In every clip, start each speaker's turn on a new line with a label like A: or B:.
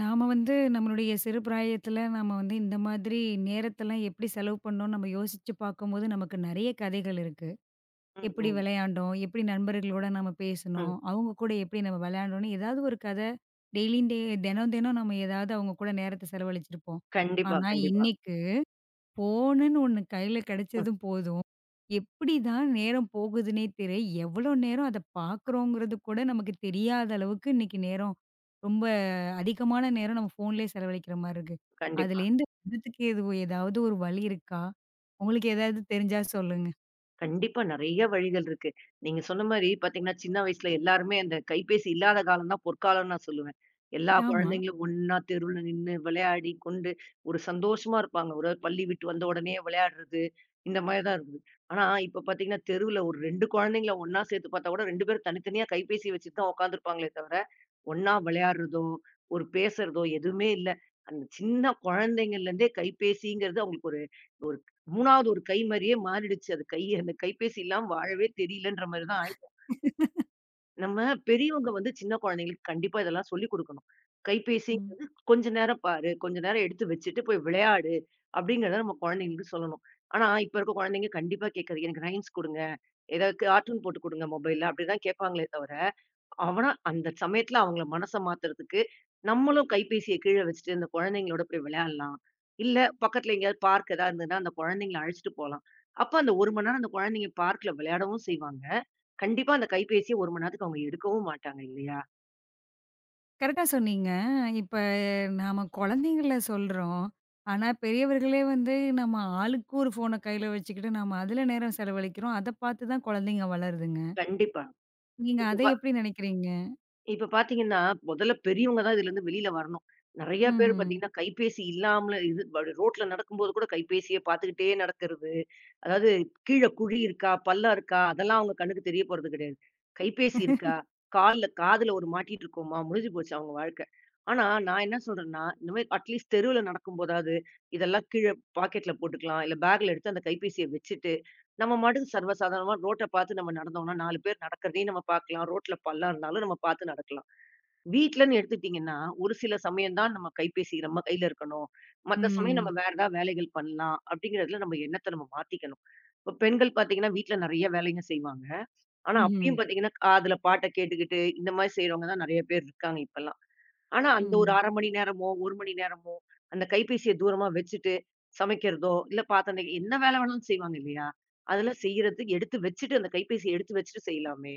A: நாம வந்து நம்மளுடைய சிறு பிராயத்துல நாம வந்து இந்த மாதிரி நேரத்தெல்லாம் எப்படி செலவு பண்ணோம்னு நம்ம யோசிச்சு பார்க்கும்போது நமக்கு நிறைய கதைகள் இருக்கு.
B: ம்,
A: எப்படி
B: ம்,
A: விளையாண்டோம்? எப்படி நண்பர்களோட நம்ம
B: ம்.
A: பேசினோம்? அவங்க கூட எப்படி நம்ம விளையாண்டோம்னு ஏதாவது ஒரு கதை டெய்லியும் டே தினம் தினம் நம்ம ஏதாவது அவங்க கூட நேரத்த செலவழிச்சிருப்போம்.
B: கண்டிப்பா,
A: ஆனா
B: கண்டிப்பா.
A: இன்னைக்கு ஃபோனுன்னு ஒண்ணு கையில
B: ம்.
A: கிடைச்சதும் போதும். எப்படிதான் நேரம் போகுதுன்னே தெரிய எவ்வளோ நேரம் அத பார்க்குறோங்கிறது கூட நமக்கு தெரியாத அளவுக்கு இன்னைக்கு நேரம் ரொம்ப அதிகமான நேரம் நம்ம ஃபோன்லயே செலவழிக்கிற மாரி இருக்கு.
B: கண்டிப்பா.
A: அதுலேருந்து வர்றதுக்கு ஏதாவது ஒரு வழி இருக்கா? உங்களுக்கு ஏதாவது தெரிஞ்சா சொல்லுங்க.
B: கண்டிப்பா நெறைய வழிகள் இருக்கு. நீங்க சொன்ன மாரி பாத்தீங்கன்னா, சின்ன வயசுல எல்லாருமே அந்த கைபேசி இல்லாத காலம் தான் பொற்காலம்னு நான் சொல்லுவேன். எல்லா
A: ஆமா.
B: குழந்தைங்களும் ஒண்ணா தெருவுல நின்னு விளையாடி கொண்டு ஒரு சந்தோஷமா இருப்பாங்க. ஒரு பள்ளி விட்டு வந்த உடனே விளையாடுறது, இந்த மாரி தான் இருந்தது. ஆனா, இப்ப பாத்தீங்கன்னா, தெருவுல ஒரு 2 குழந்தைங்கள ஒண்ணா சேர்த்து பாத்தா கூட 2 பேரும் தனித்தனியா கைபேசி வச்சுட்டு தான் உட்காந்துருப்பாங்களே தவிர, ஒண்ணா விளையாடுறதோ, ஒரு பேசுறதோ எதுவுமே இல்ல. அந்த சின்ன குழந்தைங்கள்ல இருந்தே கைபேசிங்கிறது அவங்களுக்கு ஒரு 3வது ஒரு கை மாரியே மாறிடுச்சு. அது கை அந்த கைபேசி இல்லாம வாழவே தெரியலன்ற மாரி தான் ஆயிடுச்சு. நம்ம பெரியவங்க வந்து சின்ன குழந்தைங்களுக்கு கண்டிப்பா இதெல்லாம் சொல்லிக் குடுக்கணும்.
A: ம்.
B: கைபேசிங்கிறது கொஞ்ச நேரம் பாரு, கொஞ்ச நேரம் எடுத்து வச்சுட்டு போய் விளையாடு அப்படிங்கிறத நம்ம குழந்தைங்களுக்கு சொல்லணும். ஆனா இப்ப இருக்க குழந்தைங்க கண்டிப்பா கேட்காது. எனக்கு ரைம்ஸ் குடுங்க, ஏதாவது கார்ட்டூன் போட்டு குடுங்க மொபைல்ல அப்படிதான் கேட்பாங்களே தவிர அவனா அந்த சமயத்துல அவங்கள மனச மாத்துறதுக்கு, நம்மளும் கைபேசிய கீழ வச்சுட்டு அந்த குழந்தைங்களோட போய் விளையாடலாம். இல்ல பக்கத்துல எங்கேயாவது பார்க் ஏதாவது இருந்ததுன்னா, அந்த குழந்தைங்கள அழைச்சுட்டு போலாம். அப்ப அந்த 1 மணி நேரம் அந்த குழந்தைங்க பார்க்ல விளையாடவும் செய்வாங்க. கண்டிப்பா அந்த கைபேசிய 1 மணி நேரத்துக்கு அவங்க எடுக்கவும் மாட்டாங்க இல்லையா?
A: கரெக்ட்டா சொன்னீங்க. இப்ப நாம குழந்தைங்கள சொல்றோம். ஆனா பெரியவர்களே வந்து நம்ம ஆளுக்கு ஒரு ஃபோன கையில வச்சுக்கிட்டு, நம்ம அதுல நேரம் செலவழிக்கிறோம். அத பார்த்து தான் குழந்தைங்க வளருதுங்க.
B: கண்டிப்பா.
A: நீங்க
B: இப்ப
A: அத எப்படி நினைக்கிறீங்க?
B: இப்ப பார்த்தீங்கன்னா, முதல்ல பெரியவங்க தான் இதுலருந்து வெளில வரணும். நெறைய பேர்
A: ம்ஹ்ம்.
B: பார்த்தீங்கன்னா, கைபேசி இல்லாமல இது வடு ரோட்ல நடக்கும்போது கூட கைபேசிய பார்த்துக்கிட்டே நடக்கிறது. அதாவது கீழ குழி இருக்கா? பள்ளம் இருக்கா? அதெல்லாம் அவங்க கண்ணுக்கு தெரிய போறது கிடையாது. கைபேசி இருக்கா? கால்ல காதுல ஒரு மாட்டிட்டு இருக்கோமா? முடிஞ்சு போச்சு அவங்க வாழ்க்கை. ஆனா, நான் என்ன சொல்றேன்னா, இந்த மாரி அட்லீஸ்ட் தெருவுல நடக்கும்போதாவது, இதெல்லாம் கீழ பாக்கெட்ல போட்டுக்கலாம். இல்ல பேக்ல எடுத்து அந்த கைபேசிய வச்சுட்டு, நம்ம பாட்டுக்கு சர்வசாதாரணமா ரோட்ட பார்த்து நம்ம நடந்தோம்னா, 4 பேர் நடக்கிறதையும் நம்ம பார்க்கலாம். ரோட்ல பள்ளம் இருந்தாலும் நம்ம பார்த்து நடக்கலாம். வீட்லன்னு எடுத்துட்டீங்கன்னா, ஒரு சில சமயம் தான் நம்ம கைபேசி நம்ம கையில இருக்கணும். மத்த சமயம் நம்ம
A: ம்.
B: வேற ஏதாவது வேலைகள் பண்ணலாம். அப்படிங்கிறதுல நம்ம எண்ணத்த நம்ம மாத்திக்கணும். இப்ப பெண்கள் பார்த்தீங்கன்னா, வீட்ல நெறைய வேலைங்க செய்வாங்க. ஆனா
A: ம்ஹ்ம்.
B: அப்பயும் பார்த்தீங்கன்னா, காதுல பாட்ட கேட்டுக்கிட்டு இந்த மாரி செய்றவங்க தான் நெறைய பேர் இருக்காங்க இப்பல்லாம். ஆனா அந்த ஒரு
A: ம்.
B: 1/2 மணி நேரமோ, 1 மணி நேரமோ அந்த கைபேசிய தூரமா வச்சுட்டு சமைக்கிறதோ, இல்ல பாத்திரம் தேய் என்ன வேலை வேணாலும் செய்வாங்க இல்லையா? அதெல்லாம் செய்யறது எடுத்து வச்சுட்டு அந்த கைபேசிய எடுத்து வச்சுட்டு செய்யலாமே!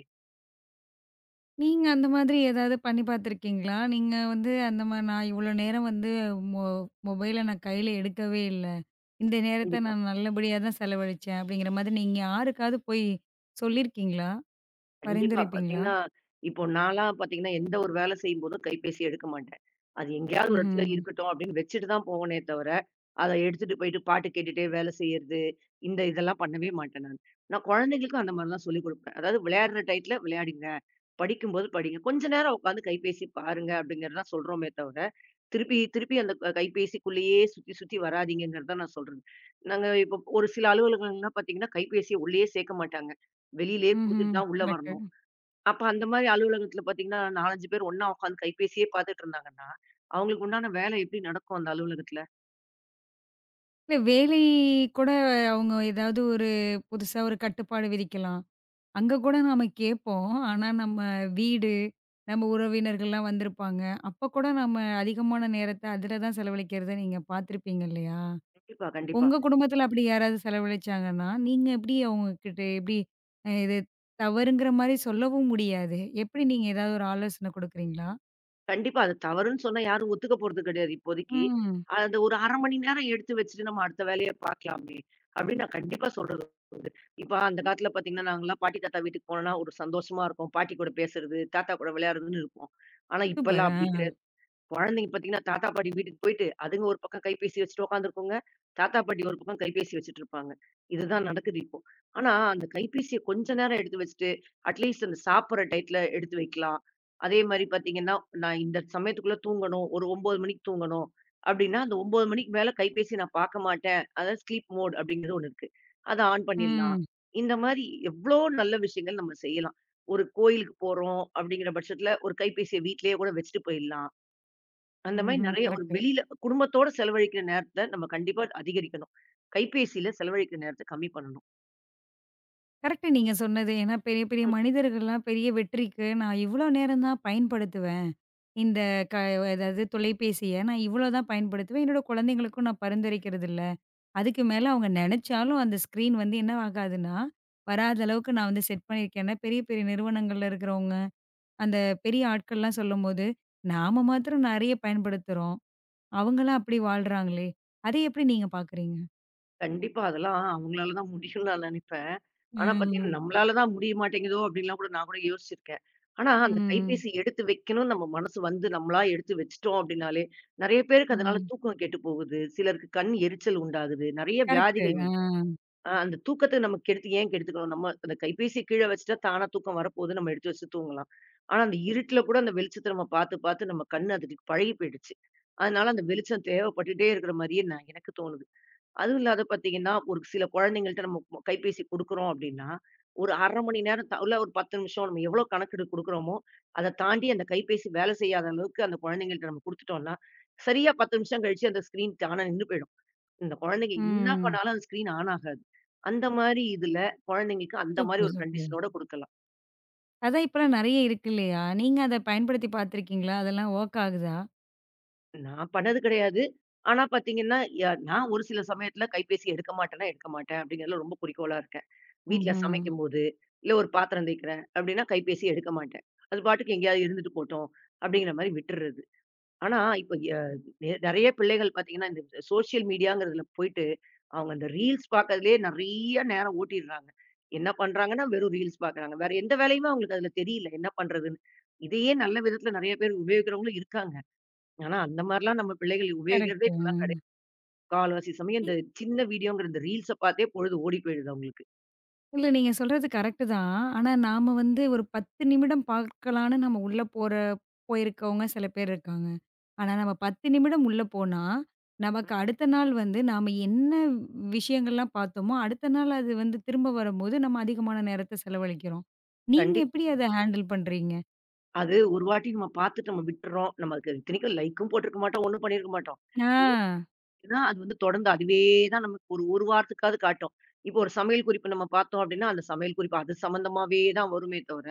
A: நீங்க அந்த மாதிரி ஏதாவது பண்ணி பார்த்துருக்கீங்களா? நீங்க வந்து அந்த மா நான் இவ்வளோ நேரம் வந்து மொ மொபைல நான் கையில எடுக்கவே இல்ல. இந்த நேரத்த
B: கண்டிப்பா.
A: நான் நல்லபடியா தான் செலவழிச்சேன். அப்படிங்கிற மாதிரி நீங்க யாருக்காவது போய் சொல்லியிருக்கீங்களா?
B: கண்டிப்பா.
A: பரிந்துரைப்பீங்களா?
B: பாத்தீங்கன்னா, இப்போ நான்லாம் பாத்தீங்கன்னா, எந்த ஒரு வேலை செய்யும்போதும் கைபேசி எடுக்க மாட்டேன். அது எங்கேயாவது ஒரு இடத்துல
A: ம்ஹ்ம்.
B: இருக்கட்டும் அப்படின்னு வச்சுட்டு தான் போவனே தவிர, அத எடுத்துட்டு போயிட்டு பாட்டு கேட்டுட்டே வேலை செய்யறது, இதெல்லாம் பண்ணவே மாட்டேன் நான். நான் குழந்தைகளுக்கும் அந்த மாரிலாம் சொல்லிக் குடுப்பேன். அதாவது விளையாடுற டயத்துல விளையாடுங்க, படிக்கும்போது படிங்க. கொஞ்ச நேரம் உட்காந்து கைபேசி பாருங்க அப்படிங்கிறது தான் சொல்றோமே தவிர, திருப்பி திருப்பி அந்த கைபேசிக்குள்ளேயே சுத்தி சுத்தி வராதீங்கங்கிறது தான் நான் சொல்றது. நாங்க இப்போ ஒரு சில அலுவலகங்கள்லாம் பாத்தீங்கன்னா, கைபேசிய உள்ளேயே சேர்க்க மாட்டாங்க. வெளியிலேயே
A: ம்ஹ்ம்.
B: குடுத்துட்டு தான் உள்ள வரணும்.
A: கரெக்ட்டு.
B: அப்ப அந்த மாரி அலுவலகத்துல பார்த்தீங்கன்னா, 4, 5 பேர் ஒண்ணா உட்காந்து கைபேசியே பார்த்துட்டு இருந்தாங்கன்னா, அவங்களுக்கு உண்டான வேலை எப்படி நடக்கும் அந்த அலுவலகத்துல?
A: இல்ல வேலை கூட அவங்க ஏதாவது ஒரு புதுசா ஒரு கட்டுப்பாடு விதிக்கலாம். அங்க கூட நாம கேட்போம். ஆனா நம்ம வீடு, நம்ம உறவினர்கள்லாம் வந்திருப்பாங்க. அப்ப கூட நம்ம அதிகமான நேரத்த அதில தான் செலவழிக்கிறத நீங்க பார்த்துருப்பீங்க இல்லையா?
B: கண்டிப்பா, கண்டிப்பா.
A: உங்க குடும்பத்தில அப்படி யாராவது செலவழிச்சாங்கன்னா, நீங்க எப்படி அவங்ககிட்ட எப்படி இது தவறுங்கிற மாரி சொல்லவும் முடியாது. எப்படி நீங்க ஏதாவது ஒரு ஆலோசனை குடுக்குறீங்களா?
B: கண்டிப்பா அது தவறுன்னு சொன்னா யாரும் ஒத்துக்க போறது கிடையாது இப்போதைக்கு.
A: ம்.
B: அந்த ஒரு 1/2 மணி நேரம் எடுத்து வச்சுட்டு நம்ம அடுத்த வேலைய பார்க்கலாமே! அப்படின்னு நான் கண்டிப்பா சொல்றது உண்டு. இப்ப அந்த காலத்துல பார்த்தீங்கன்னா, நாங்கலாம் பாட்டி, தாத்தா வீட்டுக்கு போனோம்னா ஒரு சந்தோஷமா இருக்கும். பாட்டி கூட பேசுறது, தாத்தா கூட விளையாடுறதுன்னு இருப்போம். ஆனா
A: சூப்பர்.
B: இப்பலாம் அப்படி
A: ஆ.
B: கிடையாது. குழந்தைங்க பார்த்தீங்கன்னா, தாத்தா, பாட்டி வீட்டுக்கு போயிட்டு, அதுங்க ஒரு பக்கம் கைபேசி வச்சுட்டு உட்காந்துருக்குங்க. தாத்தா, பாட்டி ஒரு பக்கம் கைபேசி வச்சுட்டு இருப்பாங்க. இதுதான் நடக்குது இப்போ. ஆனா, அந்த கைபேசிய கொஞ்ச நேரம் எடுத்து வச்சுட்டு, அட்லீஸ்ட் அந்த சாப்பிடுற டயத்துல எடுத்து வைக்கலாம். அதே மாரி பார்த்தீங்கன்னா, நான் இந்த சமயத்துக்குள்ள தூங்கணும். ஒரு 9 மணிக்கு தூங்கணும் அப்டின்னா, அந்த 9 மணிக்கு மேல கைபேசிய நான் பார்க்க மாட்டேன். அதாவது ஸ்லீப் மோட் அப்டிங்கிறது ஒண்ணு இருக்கு. அத ஆன் பண்ணிடலாம்.
A: ம்.
B: இந்த மாரி எவ்ளோ நல்ல விஷயங்கள் நம்ம செய்யலாம். ஒரு கோயிலுக்கு போறோம் அப்டிங்கிற பட்சத்துல, ஒரு கைபேசிய வீட்லயே கூட வச்சுட்டு போயிடலாம். அந்த மாரி
A: ம்ஹ்ம்.
B: நெறைய ஒரு
A: கரெக்ட்.
B: வெளியில குடும்பத்தோட செலவழிக்கிற நேரத்த நம்ம கண்டிப்பா அதிகரிக்கணும். கைபேசியில செலவழிக்கிற நேரத்த கம்மி பண்ணணும்.
A: கரெக்ட்டு நீங்க சொன்னது. ஏன்னா பெரிய, பெரிய
B: ம்.
A: மனிதர்கள்லாம் பெரிய வெற்றிக்கு நான் இவ்வளோ நேரம் தான் பயன்படுத்துவேன். இந்த க அதாவது தொலைபேசிய நான் இவ்வளோ தான் பயன்படுத்துவேன். என்னோட குழந்தைங்களுக்கும் நான் பரிந்துரைக்கிறதில்ல. அதுக்கு மேல அவங்க நெனச்சாலும் அந்த ஸ்க்ரீன் வந்து என்ன ஆகாதுன்னா, வராத அளவுக்கு நான் வந்து செட் பண்ணியிருக்கேன்னா, பெரிய, பெரிய நிறுவனங்கள்ல இருக்கிறவங்க, அந்த பெரிய ஆட்கள்லாம் சொல்லும்போது, நாம மாத்திரம் நெறைய பயன்படுத்துறோம். அவங்கலாம் அப்படி வாழ்றாங்களே! அதை எப்படி நீங்க பார்க்குறீங்க?
B: கண்டிப்பா அதெல்லாம் அவங்களால தான் முடியும்ன்னு நான் நெனைப்பேன். ஆனா பார்த்தீங்கன்னா,
A: ம்.
B: நம்மளால தான் முடிய மாட்டேங்குதோ! அப்டின்லாம் கூட நான் கூட யோசிச்சிருக்கேன். ஆனா அந்த
A: ம்.
B: கைபேசி எடுத்து வைக்கணும்னு நம்ம மனசு வந்து நம்மளா எடுத்து வச்சுட்டோம் அப்டின்னாலே, நெறைய பேருக்கு அதனால
A: ம்.
B: தூக்கம் கெட்டு போகுது. சிலருக்கு கண் எரிச்சல் உண்டாகுது. நெறைய
A: கரெக்ட்டு.
B: வியாதிகள்
A: ஆ.
B: வருது. ஆ அந்த தூக்கத்த நம்ம கெடுத்து ஏன் கெடுத்துக்கணும்? நம்ம அந்த கைபேசிய கீழ வச்சுட்டா தானா தூக்கம் வரப்போகுது. நம்ம எடுத்து வச்சு தூங்கலாம். ஆனா அந்த இருட்டுல கூட அந்த வெளிச்சத்த நம்ம பார்த்து, பார்த்து நம்ம கண்ணு அதுக்கு பழகி போயிடுச்சு. அதனால அந்த வெளிச்சம் தேவைப்பட்டுட்டே இருக்கிற மாரியே நான் எனக்கு தோணுது. அதுவும் இல்லாத பார்த்தீங்கன்னா, ஒரு சில குழந்தைங்கள்ட்ட நம்ம கைபேசி குடுக்குறோம் அப்படின்னா, ஒரு 1/2 மணி நேரம் இல்ல ஒரு 10 நிமிஷம் நம்ம எவ்வளோ கணக்கெடு குடுக்குறோமோ, அத தாண்டி அந்த கைபேசி வேலை செய்யாத அளவுக்கு அந்த குழந்தைங்கள்ட்ட நம்ம குடுத்துட்டோம்னா, சரியா 10 நிமிஷம் கழிச்சு அந்த ஸ்க்ரீன் தானா நின்னு போயிடும். இந்த குழந்தைங்க என்ன
A: ம்.
B: பண்ணாலும் அந்த ஸ்க்ரீன் ஆன் ஆகாது. அந்த மாரி இதுல குழந்தைங்களுக்கு அந்த மாரி
A: சூப்பர்,
B: ஒரு
A: சூப்பர்.
B: கண்டிஷனோட குடுக்கலாம்.
A: அதான் இப்பலாம் நெறைய இருக்கு இல்லையா? நீங்க அத பயன்படுத்தி பார்த்துருக்கீங்களா? அதெல்லாம் வொர்க் ஆகுதா?
B: நான் பண்ணது கிடையாது. ஆனா பார்த்தீங்கன்னா, நான் ஒரு சில சமயத்துல கைபேசி எடுக்க மாட்டேன்னா, எடுக்க மாட்டேன் அப்படிங்கிறதுல ரொம்ப குறிக்கோளா இருக்கேன். வீட்ல
A: ம்ஹ்ம்.
B: சமைக்கும்போது, இல்ல ஒரு பாத்திரம் தேய்க்கிறேன் அப்படின்னா, கைபேசி எடுக்க மாட்டேன். அது பாட்டுக்கு எங்கேயாவது இருந்துட்டு போட்டும் அப்படிங்கிற மாரி விட்டுர்றது. ஆனா இப்ப நெறைய பிள்ளைகள் பார்த்தீங்கன்னா, இந்த சோசியல் மீடியாங்கிறதுல போயிட்டு அவங்க அந்த ரீல்ஸ் பார்க்கறதுலயே நெறைய நேரம் ஓட்டிடுறாங்க. என்ன பண்றாங்கன்னா, வெறும் ரீல்ஸ் பார்க்குறாங்க. வேற எந்த வேலையுமே அவங்களுக்கு அதுல தெரியல. என்ன பண்றதுன்னு? இதையே நல்ல விதத்துல நெறைய பேர் உபயோகிக்கிறவங்களும் இருக்காங்க. ஆனா, அந்த மாரிலாம் நம்ம பிள்ளைகள்
A: கரெக்ட்டு.
B: உபயோகிக்கிறதே இப்பலாம்
A: ம்.
B: கிடையாது. முக்கால்வாசி சமயம்
A: இ
B: இந்த சின்ன வீடியோங்கிற இந்த ரீல்ஸ பார்த்தே பொழுது ஓடி போயிடுது அவங்களுக்கு.
A: இல்ல நீங்க சொல்றது கரெக்ட்டு தான். ஆனா நாம வந்து ஒரு 10 நிமிடம் பார்க்கலான்னு நம்ம உள்ள போயிருக்கவங்க சில பேர் இருக்காங்க. ஆனா நம்ம 10 நிமிடம் உள்ள போனா, நமக்கு அடுத்த நாள் வந்து நாம என்ன விஷயங்கள்லாம் பார்த்தோமோ, அடுத்த நாள் அது வந்து திரும்ப வரும்போது நம்ம அதிகமான நேரத்த செலவழிக்கிறோம். நீங்க
B: கண்டிப்
A: எப்படி அத ஹேண்டில் பண்றீங்க?
B: அது ஒரு வாட்டி நம்ம பார்த்துட்டு நம்ம விட்டுறோம். நமக்கு இத்தனைக்கும் லைக்கும் போட்டிருக்க மாட்டோம். ஒண்ணும் பண்ணியிருக்க மாட்டோம்.
A: ஆ.
B: ஏன்னா, அது வந்து தொடர்ந்து அதுவே தான் நமக்கு ஒரு 1 வாரத்துக்காவது காட்டும். இப்போ ஒரு சமையல் குறிப்பு நம்ம பார்த்தோம் அப்டின்னா, அந்த சமையல் குறிப்பு அது சம்மந்தமாவே தான் வருமே தவிர,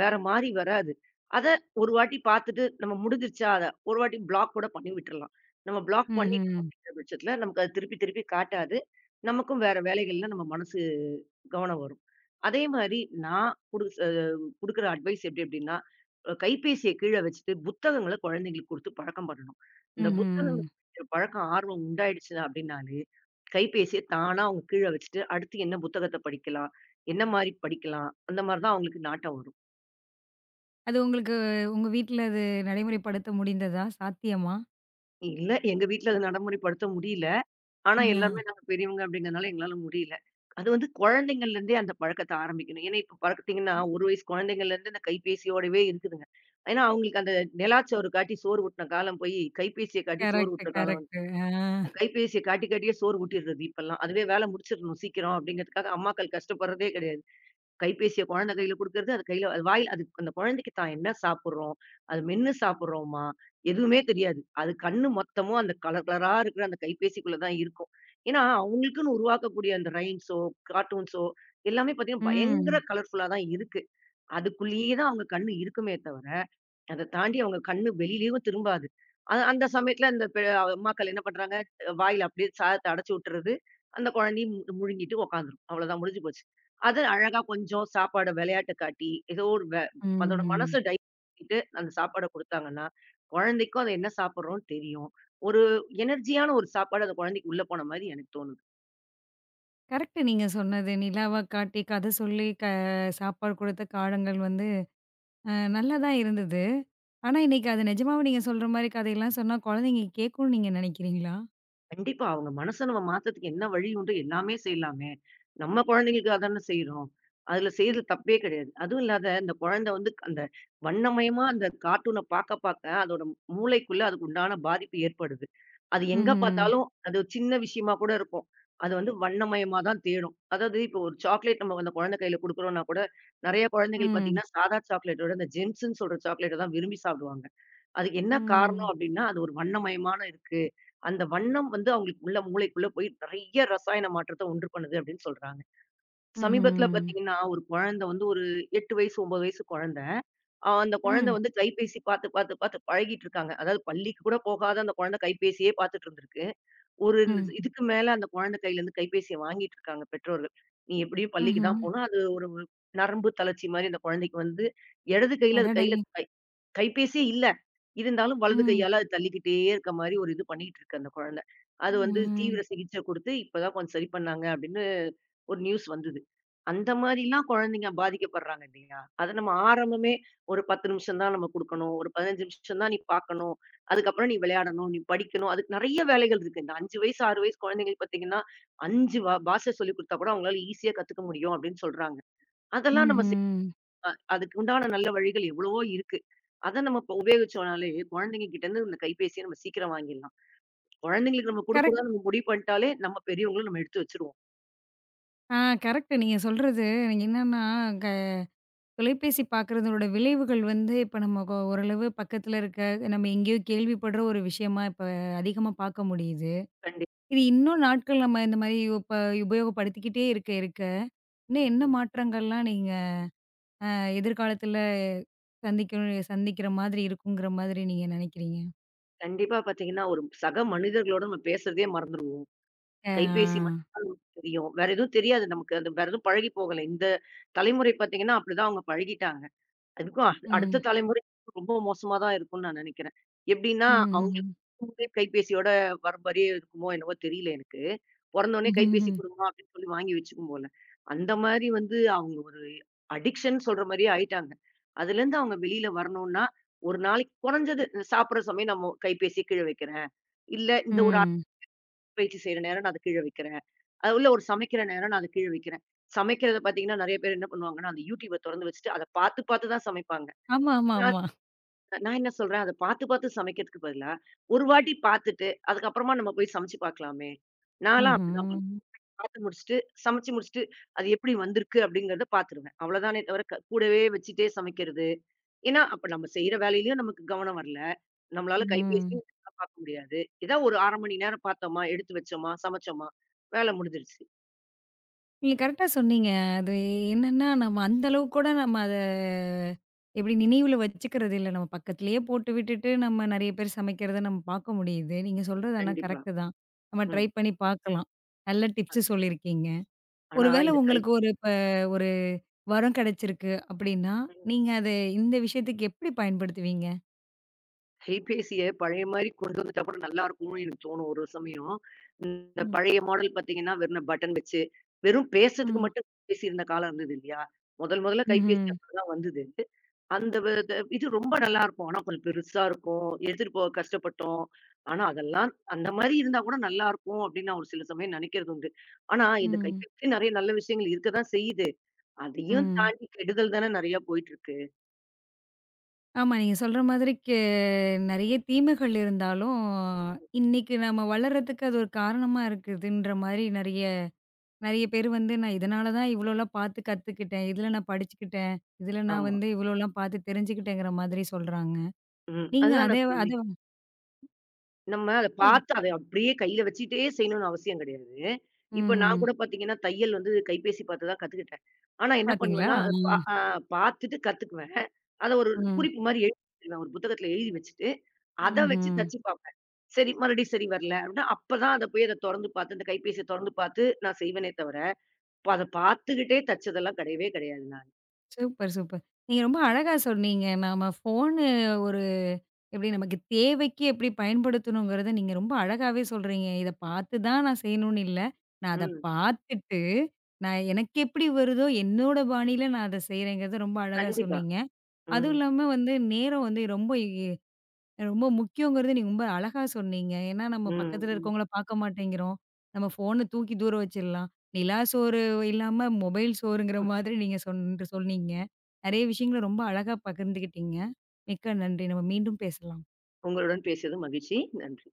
B: வேற மாரி வராது. அத ஒரு வாட்டி பார்த்துட்டு நம்ம முடிஞ்சிருச்சா அத ஒரு வாட்டி ப்ளாக் கூட பண்ணி விட்டுறலாம். நம்ம ப்ளாக் பண்ணிட்டோம்
A: ம்ஹ்ம்.
B: அப்டிங்கிற பட்சத்துல, நமக்கு அது திருப்பி திருப்பி காட்டாது. நமக்கும் வேற வேலைகள்ல நம்ம மனசு கவனம் வரும். அதே மாரி நான் குடுக்குற அட்வைஸ் எப்டி அப்டின்னா, கைபேசிய கீழ வச்சுட்டு புத்தகங்கள குழந்தைங்களுக்கு குடுத்து பழக்கம் பண்ணணும். இந்த
A: ம்ஹ்ம்.
B: புத்தகங்கள் படிக்கிற பழக்கம் ஆர்வம் உண்டாயிடுச்சு அப்டின்னாலே, கைபேசிய தானா அவங்க கீழ வச்சுட்டு, அடுத்து என்ன புத்தகத்த படிக்கலாம்? என்ன மாரி படிக்கலாம்? அந்த மாரி தான் அவங்களுக்கு நாட்டம் வரும்.
A: அது உங்களுக்கு உங்க வீட்ல அது நடைமுறைப்படுத்த முடிந்ததா? சாத்தியமா?
B: இல்ல எங்க வீட்ல அத நடைமுறைப்படுத்த முடியல. ஆனா எல்லாருமே
A: அ.
B: நாங்க பெரியவங்க அப்டிங்கிறனால எங்களால முடியல. அது வந்து குழந்தைங்கள்லேருந்தே அந்த பழக்கத்த ஆரம்பிக்கணும். ஏன்னா இப்ப பார்த்தீங்கன்னா, 1 வயசு குழந்தைங்கள்லேருந்து இந்த கைபேசியோடவே இருக்குதுங்க. ஏன்னா அவங்களுக்கு அந்த நிலாச்சோறு காட்டி சோறு ஊட்டுன காலம் போய், கைபேசிய காட்டி சோறு
A: கரெக்ட்,
B: ஊட்டுற காலம்
A: கரெக்ட்.
B: வந்து
A: ஆ.
B: கைபேசிய காட்டி காட்டியே சோறு ஊட்டிடுறது இப்பல்லாம். அதுவே வேல முடிச்சிடணும் சீக்கிரம் அப்டிங்கிறதுக்காக அம்மாக்கள் கஷ்டப்படுறதே கிடையாது. கைபேசிய குழந்தை கையில குடுக்கறது, அது கையில அது வாய் அது அந்த குழந்தைக்கு தான் என்ன சாப்பிடுறோம்? அது மென்னு சாப்பிடுறோமா? எதுவுமே தெரியாது. அது கண்ணு மொத்தமும் அந்த கலர் கலரா இருக்கிற அந்த கைபேசிக்குள்ள தான் இருக்கும். ஏன்னா, அவங்களுக்குன்னு உருவாக்கக்கூடிய அந்த ரைம்ஸோ, கார்ட்டூன்ஸோ எல்லாமே பார்த்தீங்கன்னா, பயங்கர
A: ம்.
B: கலர்ஃபுல்லா தான் இருக்கு. அதுக்குள்ளேயே தான் அவங்க கண்ணு இருக்குமே தவிர, அத தாண்டி அவங்க கண்ணு வெளியிலயும் திரும்பாது. அந்த சமயத்துல அந்த அம்மாக்கள் என்ன பண்றாங்க, வாயில அப்படியே சாதத்த அடைச்சு விட்டுறது. அந்த குழந்தையும் முழுங்கிட்டு உட்காந்துரும். அவ்வளோதான் முடிஞ்சு போச்சு. அது அழகா கொஞ்சம் சாப்பாட விளையாட்டு காட்டி, ஏதோ ஒரு அதோட மனச
A: ம்.
B: டைவர்ட் பண்ணிட்டு அந்த சாப்பாட குடுத்தாங்கன்னா, குழந்தைக்கும் அது என்ன சாப்பிடுறோம்னு தெரியும். ஒரு எனர்ஜியான ஒரு சாப்பாடு அந்த குழந்தைக்கு உள்ள போன மாரி எனக்கு தோணுது.
A: கரெக்ட் நீங்க சொன்னது. நிலாவ காட்டி, கதை சொல்லி, சாப்பாடு குடுத்த காலங்கள் வந்து அ நல்லா தான் இருந்தது. ஆனா, இன்னைக்கு அது நிஜமாவே நீங்க சொல்ற மாரி கதையெல்லாம் சொன்னா குழந்தைங்க கேட்கும்னு நீங்க நினைக்கிறீங்களா?
B: கண்டிப்பா. அவங்க மனச நம்ம மாத்துறதுக்கு என்ன வழி உண்டு? எல்லாமே செய்யலாமே. நம்ம குழந்தைங்களுக்காக தான செய்றோம். அதுல
A: ம்.
B: செய்றது தப்பே கிடையாது. அதுவும் இல்லாத இந்த குழந்தை வந்து அந்த வண்ணமயமா அந்த கார்ட்டூன பாக்க பாக்க அதோட மூளைக்குள்ள அதுக்கு உண்டான பாதிப்பு ஏற்படுது. அது எங்க
A: ம்ஹ்ம்.
B: பாத்தாலும் அது ஒரு சின்ன விஷயமா கூட இருக்கும். அது வந்து வண்ணமயமா தான் தேடும். அதாவது இப்போ ஒரு சாக்லேட் நம்ம அந்த குழந்தை கையில குடுக்குறோம்னா கூட, நெறைய குழந்தைகள்
A: ம்.
B: பாத்தீங்கன்னா, சாதா சாக்லேட்டோட இந்த ஜெம்ஸ்ன்னு சொல்ற சாக்லேட்ட தான் விரும்பி சாப்பிடுவாங்க. அதுக்கு என்ன
A: ம்.
B: காரணம் அப்டின்னா, அது ஒரு வண்ணமயமான இருக்கு. அந்த வண்ணம் வந்து அவங்களுக்கு உள்ள மூளைக்குள்ள போய் நெறைய ரசாயன மாற்றத்த உண்டு பண்ணுது அப்டின்னு சொல்றாங்க. சமீபத்தில
A: ம்ஹ்ம்.
B: பார்த்தீங்கன்னா, ஒரு குழந்தை வந்து ஒரு 8 வயசு, 9 வயசு குழந்தை. அந்த குழந்தை
A: ம்.
B: வந்து கைபேசி பார்த்து, பார்த்து, பார்த்து பழகிட்டு இருக்காங்க. அதாவது பள்ளிக்கு கூட போகாத அந்த குழந்தை கைபேசியே பார்த்துட்டு இருந்திருக்கு. ஒரு
A: ம்.
B: இதுக்கு மேல அந்த குழந்தை கையிலருந்து கைபேசிய வாங்கிட்டு இருக்காங்க பெற்றோர்கள். நீ எப்படியும் பள்ளிக்கு
A: ம்ஹ்ம்.
B: தான் போணும். அது ஒரு நரம்பு தளர்ச்சி மாரி அந்த குழந்தைக்கு வந்து இடது கையில அது
A: அடடே!
B: கையில கைபேசியே இல்ல. இருந்தாலும் வலது
A: ம்.
B: கையால அது தள்ளிக்கிட்டே இருக்க மாரி ஒரு இது பண்ணிட்டு இருக்கு அந்த குழந்தை. அது வந்து
A: ம்.
B: தீவிர சிகிச்சை குடுத்து இப்ப தான் கொஞ்சம் சரி பண்ணாங்க அப்படின்னு ஒரு நியூஸ் வந்தது. அந்த மாரிலாம் குழந்தைங்க பாதிக்கப்படுறாங்க இல்லையா? அத நம்ம ஆரம்பமே ஒரு 10 நிமிஷம் தான் நம்ம குடுக்கணும். ஒரு 15 நிமிஷம் தான் நீ பார்க்கணும். அதுக்கப்புறம் நீ விளையாடணும், நீ படிக்கணும். அதுக்கு நெறைய வேலைகள் இருக்கு. இந்த 5 வயசு, 6 வயசு குழந்தைங்களுக்கு பார்த்தீங்கன்னா, 5 வ பாஷை சொல்லிக் குடுத்தா கூட அவங்களால ஈஸியா கத்துக்க முடியும் அப்படின்னு சொல்றாங்க. அதெல்லாம் நம்ம செய்
A: ம்ஹ்ம்.
B: அதுக்கு உண்டான நல்ல வழிகள் எவ்வளவோ இருக்கு. அத நம்ம இப்ப உபயோகிச்சோம்னாலே குழந்தைங்க கிட்டேருந்து இந்த கைபேசிய நம்ம சீக்கிரம் வாங்கிடலாம். குழந்தைங்களுக்கு நம்ம
A: கரெக்ட்.
B: குடுக்கக்கூடாதுன்னு நம்ம முடிவு பண்ணிட்டாலே, நம்ம பெரியவங்களும் நம்ம எடுத்து வச்சுருவோம்.
A: ஆ கரெக்ட்டு. நீங்க சொல்றது நீங்க என்னன்னா, க தொலைபேசி பார்க்குறதோட விளைவுகள் வந்து இப்ப நம்ம கொ ஓரளவு பக்கத்துல இருக்க, நம்ம எங்கேயோ கேள்விப்படுற ஒரு விஷயமா இப்ப அதிகமா பார்க்க முடியுது.
B: கண்டிப்பா.
A: இது இன்னும் நாட்கள் நம்ம இந்த மாரி உபயோகப்படுத்திக்கிட்டே இருக்க இருக்க, இன்னும் என்ன மாற்றங்கள்லாம் நீங்க அ எதிர்காலத்துல சந்திக்கிற மாதிரி இருக்குங்கிற மாதிரி நீங்க நினைக்கிறீங்க?
B: கண்டிப்பா பாத்தீங்கன்னா, ஒரு சக மனிதர்களோட நம்ம பேசுறதையே மறந்துருவோம்.
A: ஆ.
B: கைபேசி மட்டும் தான் நமக்கு தெரியும். வேற எதுவும் தெரியாது நமக்கு. அது வேற எதுவும் பழகி போகல. இந்த தலைமுறை பாத்தீங்கன்னா, அப்படிதான் அவங்க பழகிட்டாங்க. அதுக்கும் அடுத்த
A: ம்.
B: தலைமுறை ரொம்ப மோசமா தான் இருக்கும்னு நான் நெனைக்கிறேன். எப்படின்னா,
A: ம். ம்.
B: அவங்களுக்கு
A: ம்.
B: முன்பே கைபேசியோட வர மாரியே இருக்குமோ என்னவோ தெரியல எனக்கு. பொறந்தோனே கைபேசி
A: ம்.
B: குடுமா அப்படின்னு சொல்லி வாங்கி வச்சுக்கும் போல. அந்த மாரி வந்து அவங்க ஒரு அடிக்ஷன் சொல்ற மாரியே ஆயிட்டாங்க. அதுலேருந்து அவங்க வெளியில வரணும்னா, ஒரு நாளைக்கு குறைஞ்சது சாப்பிடுற சமயம் நம்ம கைபேசிய கீழ வைக்கிறேன். இல்ல இந்த ஒரு
A: ம்.
B: பயிற்சி செய்ற நேரம் நான் அத கீழ வைக்கிறேன். உள்ள ஒரு சமைக்கிற நேரம் நான் அத கீழ வைக்கிறேன். சமைக்கிறத பார்த்தீங்கன்னா, நெறைய பேர் என்ன பண்ணுவாங்கன்னா, அந்த யூடியூப தொறந்து வச்சுட்டு அத பார்த்து பார்த்து தான் சமைப்பாங்க.
A: ஆமா, ஆமா,
B: நான்
A: ஆமா.
B: நான் என்ன சொல்றேன், அத பார்த்து பார்த்து சமைக்கிறதுக்கு பதிலா, ஒரு வாட்டி பார்த்துட்டு, அதுக்கப்புறமா நம்ம போய் சமைச்சு பார்க்கலாமே! நான்லாம் அப்படிதான் பண்ணுவேன்.
A: ம்ஹ்ம்.
B: பார்த்து முடிச்சுட்டு, சமைச்சு முடிச்சுட்டு, அது எப்படி வந்திருக்கு அப்படிங்கிறத பார்த்துருவேன். அவ்வளோதானே தவிர கூடவே வச்சுட்டே சமைக்கிறது. ஏன்னா, அப்ப நம்ம செய்ற வேலையிலயும் நமக்கு கவனம் வரல. நம்மளால
A: ம்.
B: கைபேசியும் பெருசா பாக்க முடியாது. ஏதோ ஒரு 1/2 மணி நேரம் பாத்தோமா, எடுத்து வச்சோமா, சமைச்சோமா, வேலை முடிஞ்சிருச்சு.
A: நீங்க கரெக்ட்டா சொன்னீங்க. அது என்னன்னா, நம்ம அந்த அளவுக்கு கூட நம்ம அத எப்படி நினைவுல வச்சுக்கிறது இல்ல. நம்ம பக்கத்திலேயே போட்டு விட்டுட்டு, நம்ம நெறைய பேர் சமைக்கிறத நம்ம பார்க்க முடியுது. நீங்க சொல்றது ஆனா
B: கண்டிப்பா.
A: கரெக்ட்டு தான். நம்ம ட்ரை
B: ம்.
A: பண்ணி பார்க்கலாம். நல்ல
B: அ
A: டிப்ஸ் சொல்லியிருக்கீங்க.
B: ஆனா
A: ஒருவேள
B: இந்த
A: உங்களுக்கு ஒரு இப்ப ஒரு வரம் கிடைச்சிருக்கு அப்படின்னா,
B: ம்.
A: நீங்க அத இந்த விஷயத்துக்கு எப்படி பயன்படுத்துவீங்க?
B: கைபேசிய பழைய மாரி கொண்டு வந்துட்டா கூட நல்லாருக்கும்னு எனக்கு தோணும் ஒரு சமயம். இந்த
A: ம்,
B: பழைய மாடல் பாத்தீங்கன்னா, வெறும் பட்டன் வச்சு, வெறும் பேசுறதுக்கு
A: ம்.
B: மட்டும் கைபேசி இருந்த காலம் இருந்தது இல்லையா? முதல் முதல்ல கைபேசி
A: ம்ஹ்ம்.
B: அப்பதான் வந்தது. அந்த வ த இது ரொம்ப நல்லா இருக்கும். ஆனா கொஞ்சம் பெருசா இருக்கும். எடுத்துட்டு போக கஷ்டப்பட்டோம். ஆனா அதெல்லாம் அந்த மாரி இருந்தா கூட நல்லாருக்கும் அப்படின்னு நான் ஒரு சில சமயம் நெனைக்கிறது உண்டு. ஆனா இந்த
A: ம்.
B: கைபேசி நெறைய நல்ல விஷயங்கள் இருக்க தான் செய்யுது. அதையும்
A: ம்.
B: தாண்டி கெடுதல் தானே நெறையா போயிட்டுருக்கு.
A: ஆமா. நீங்க சொல்ற மாதிரி நெறைய தீமைகள் இருந்தாலும், இன்னைக்கு நம்ம வளர்றதுக்கு அது ஒரு காரணமா இருக்குதுன்ற மாரி நெறைய நெறைய பேர் வந்து நான் இதனால தான் இவ்வளோலாம் பார்த்து கத்துக்கிட்டேன். இதுல நான் படிச்சுக்கிட்டேன். இதுல நான்
B: ஆமா.
A: வந்து இவ்வளோலாம் பார்த்து தெரிஞ்சுக்கிட்டேங்கிற மாதிரி சொல்றாங்க.
B: ம்.
A: நீங்க
B: அதுதான்
A: அதே
B: நான்
A: அத
B: சொன்னேன். நம்ம அத
A: சொல்
B: பாத்து அத அப்படியே கையில வச்சுட்டே செய்யணும்னு அவசியம் கிடையாது. இப்ப நான்
A: ம்ஹ்ம்.
B: கூட பாத்தீங்கன்னா, தையல் வந்து கைபேசி பாத்து தான் கத்துக்கிட்டேன். ஆனா என்ன
A: பார்த்தீங்களா?
B: பண்ணுவேன்னா, அத பா
A: ம்.
B: அ பாத்துட்டு கத்துக்குவேன். அத ஒரு
A: ம்.
B: குறிப்பு மாரி எழுதி வச்சுருவேன். ஒரு புத்தகத்துல எழுதி வச்சுட்டு, அத வச்சு
A: ம்ஹ்ம்.
B: தச்சு பாப்பேன். சரி மறுபடியும் சரி வரல அப்படின்னா, அப்பதான் அத போய் அத தொறந்து பாத்து, அந்த கைபேசிய தொறந்து பாத்து நான் செய்வேனே தவிர, இப்ப அத பாத்துக்கிட்டே தச்சதெல்லாம் கிடையவே கிடையாது நான்.
A: Super, super. நீங்க ரொம்ப அழகா சொன்னீங்க. நாம ஃபோனு ஒரு எப்படி நமக்கு தேவைக்கு எப்படி பயன்படுத்தணுங்கிறத நீங்க ரொம்ப அழகாவே சொல்றீங்க. இத பார்த்து தான் நான் செய்யணும்னு இல்ல. நான் அத
B: ம்.
A: பார்த்துட்டு, நான் எனக்கு எப்படி வருதோ என்னோட பாணியில நான் அத செய்றேங்கிறத ரொம்ப அழகா
B: கண்டிப்பா.
A: சொன்னீங்க. அதுவும்
B: ம்.
A: இல்லாம வந்து நேரம் வந்து ரொம்ப ரொம்ப முக்கியங்கிறது நீங்க ரொம்ப அழகா சொன்னீங்க. ஏன்னா, நம்ம
B: ம்.
A: பக்கத்துல
B: ம்.
A: இருக்கவங்கள பார்க்க மாட்டேங்கிறோம். நம்ம ஃபோன தூக்கி தூர வச்சிடலாம். நிலா சோறு இல்லாம மொபைல் சோறுங்கிற மாதிரி நீங்க சொன்னீங்க. நெறைய விஷயங்கள ரொம்ப அழகா பகிர்ந்துக்கிட்டீங்க. மிக்க நன்றி. நம்ம மீண்டும் பேசலாம்.
B: உங்களுடன் பேசியது மகிழ்ச்சி. நன்றி.